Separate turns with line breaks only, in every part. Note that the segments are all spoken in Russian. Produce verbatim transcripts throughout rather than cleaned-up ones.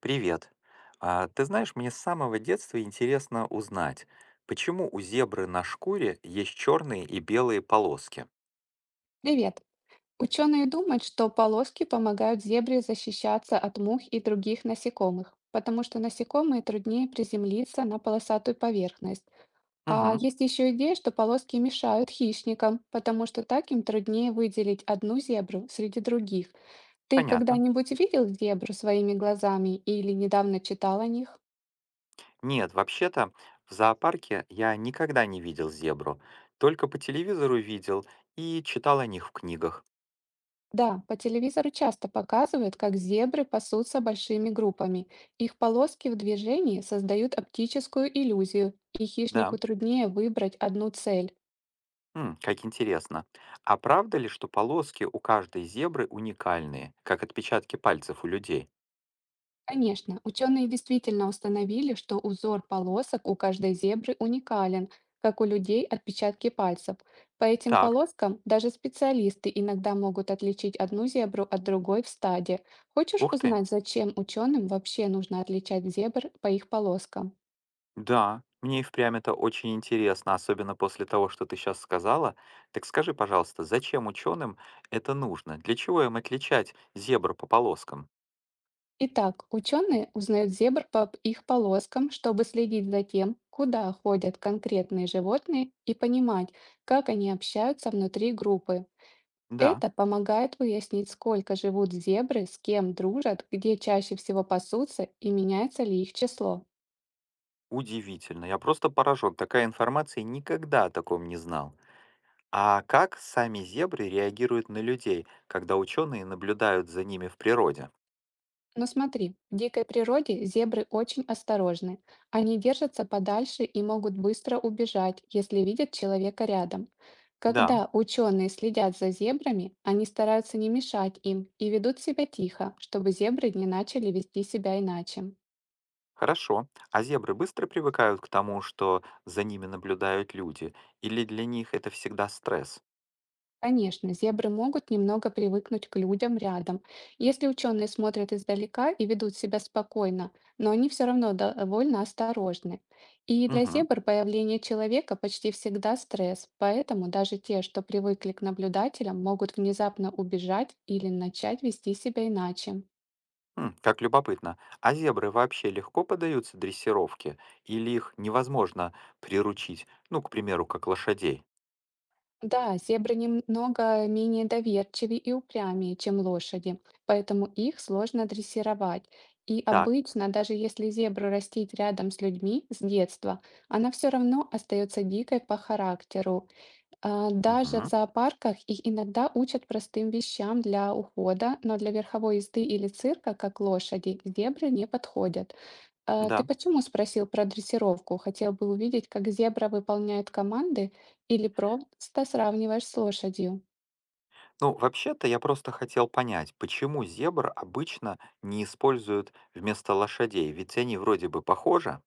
Привет. А, ты знаешь, мне с самого детства интересно узнать, почему у зебры на шкуре есть черные и белые полоски?
Привет! Ученые думают, что полоски помогают зебре защищаться от мух и других насекомых, потому что насекомые труднее приземлиться на полосатую поверхность. А
Угу,
есть еще идея, что полоски мешают хищникам, потому что так им труднее выделить одну зебру среди других. Ты
понятно.
когда-нибудь видел зебру своими глазами или недавно читал о них?
Нет, вообще-то в зоопарке я никогда не видел зебру. Только по телевизору видел и читал о них в книгах.
Да, по телевизору часто показывают, как зебры пасутся большими группами. Их полоски в движении создают оптическую иллюзию, и
Да,
хищнику труднее выбрать одну цель.
м, как интересно. А правда ли, что полоски у каждой зебры уникальные, как отпечатки пальцев у людей?
Конечно, ученые действительно установили, что узор полосок у каждой зебры уникален, как у людей отпечатки пальцев. По этим
Так,
полоскам даже специалисты иногда могут отличить одну зебру от другой в стаде. Хочешь
ух ты.
узнать, зачем ученым вообще нужно отличать зебр по их полоскам?
Да, мне и впрямь это очень интересно, особенно после того, что ты сейчас сказала. Так скажи, пожалуйста, зачем ученым это нужно? Для чего им отличать зебру по полоскам?
Итак, ученые узнают зебр по п- их полоскам, чтобы следить за тем, куда ходят конкретные животные и понимать, как они общаются внутри группы.
Да,
Это помогает выяснить, сколько живут зебры, с кем дружат, где чаще всего пасутся и меняется ли их число.
удивительно, я просто поражен. Такая информация никогда о таком не знал. А как сами зебры реагируют на людей, когда ученые наблюдают за ними в природе?
Но смотри, в дикой природе зебры очень осторожны. Они держатся подальше и могут быстро убежать, если видят человека рядом.
Да,
Когда ученые следят за зебрами, они стараются не мешать им и ведут себя тихо, чтобы зебры не начали вести себя иначе.
хорошо. А зебры быстро привыкают к тому, что за ними наблюдают люди? Или для них это всегда стресс?
Конечно, зебры могут немного привыкнуть к людям рядом, если ученые смотрят издалека и ведут себя спокойно, но они все равно довольно осторожны. И для
Мгм.
зебр появление человека почти всегда стресс, поэтому даже те, что привыкли к наблюдателям, могут внезапно убежать или начать вести себя иначе.
М, Как любопытно. А зебры вообще легко поддаются дрессировке? Или их невозможно приручить? Ну, к примеру, как лошадей.
Да, зебры немного менее доверчивы и упрямее, чем лошади, поэтому их сложно дрессировать. И
Так.
обычно, даже если зебру растить рядом с людьми с детства, она все равно остается дикой по характеру. А, Даже в
Мгм.
зоопарках их иногда учат простым вещам для ухода, но для верховой езды или цирка, как лошади, зебры не подходят. А, Ты
Да.
почему спросил про дрессировку? Хотел бы увидеть, как зебра выполняет команды или просто сравниваешь с лошадью?
Ну, вообще-то я просто хотел понять, почему зебр обычно не используют вместо лошадей? Ведь они вроде бы похожи.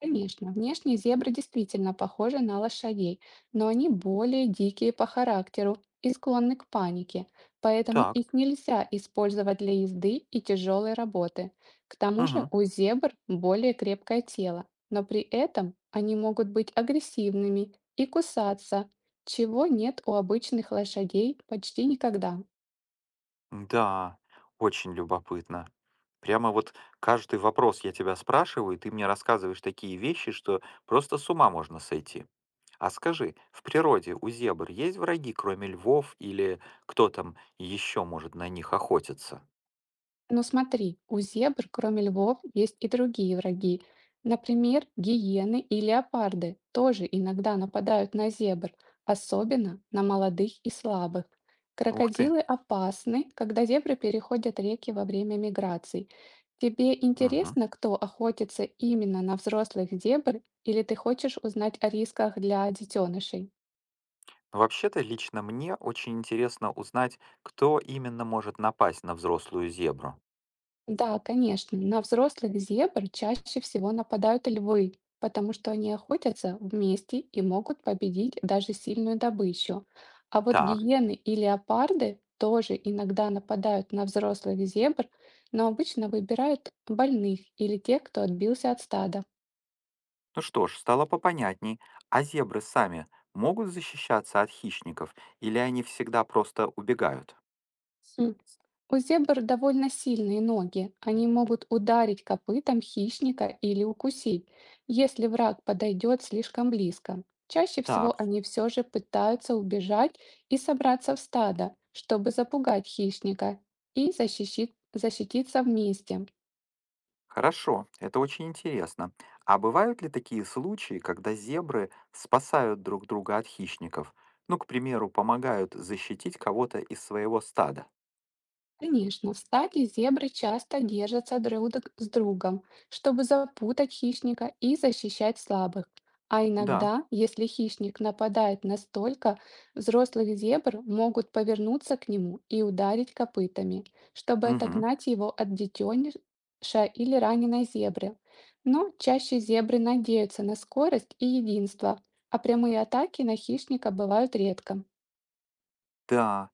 Конечно, внешне зебры действительно похожи на лошадей, но они более дикие по характеру и склонны к панике, поэтому
Так.
их нельзя использовать для езды и тяжелой работы. К тому же
Мгм.
у зебр более крепкое тело, но при этом они могут быть агрессивными и кусаться, чего нет у обычных лошадей почти никогда.
Да. Очень любопытно. Прямо вот каждый вопрос я тебя спрашиваю, и ты мне рассказываешь такие вещи, что просто с ума можно сойти. А скажи, в природе у зебр есть враги, кроме львов, или кто там еще может на них охотиться?
Но смотри, у зебр, кроме львов, есть и другие враги. Например, гиены и леопарды тоже иногда нападают на зебр, особенно на молодых и слабых.
Ух ты!
Крокодилы опасны, когда зебры переходят реки во время миграций. Тебе
Мгм.
интересно, кто охотится именно на взрослых зебр, или ты хочешь узнать о рисках для детенышей?
Ну, Вообще-то лично мне очень интересно узнать, кто именно может напасть на взрослую зебру.
Да, конечно, на взрослых зебр чаще всего нападают львы, потому что они охотятся вместе и могут победить даже сильную добычу. А вот
Так,
гиены и леопарды тоже иногда нападают на взрослых зебр, но обычно выбирают больных или тех, кто отбился от стада.
ну что ж, стало попонятней. А зебры сами могут защищаться от хищников, или они всегда просто убегают?
У зебр довольно сильные ноги. Они могут ударить копытом хищника или укусить, если враг подойдет слишком близко. Чаще всего
Так,
они все же пытаются убежать и собраться в стадо, чтобы запугать хищника и защищи- защититься вместе.
хорошо, это очень интересно. А бывают ли такие случаи, когда зебры спасают друг друга от хищников? Ну, к примеру, помогают защитить кого-то из своего стада.
Конечно, в стаде зебры часто держатся друг д- с другом, чтобы запутать хищника и защищать слабых. А
Да.
иногда, если хищник нападает настолько, взрослых зебр могут повернуться к нему и ударить копытами, чтобы
Мгм.
отогнать его от детеныша или раненой зебры. Но чаще зебры надеются на скорость и единство, а прямые атаки на хищника бывают редко.
Да.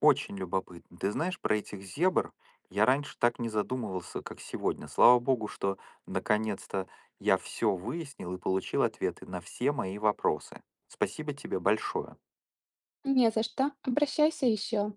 Очень любопытно. Ты знаешь, про этих зебр я раньше так не задумывался, как сегодня. Слава богу, что наконец-то я все выяснил и получил ответы на все мои вопросы. Спасибо тебе большое.
Не за что, обращайся еще.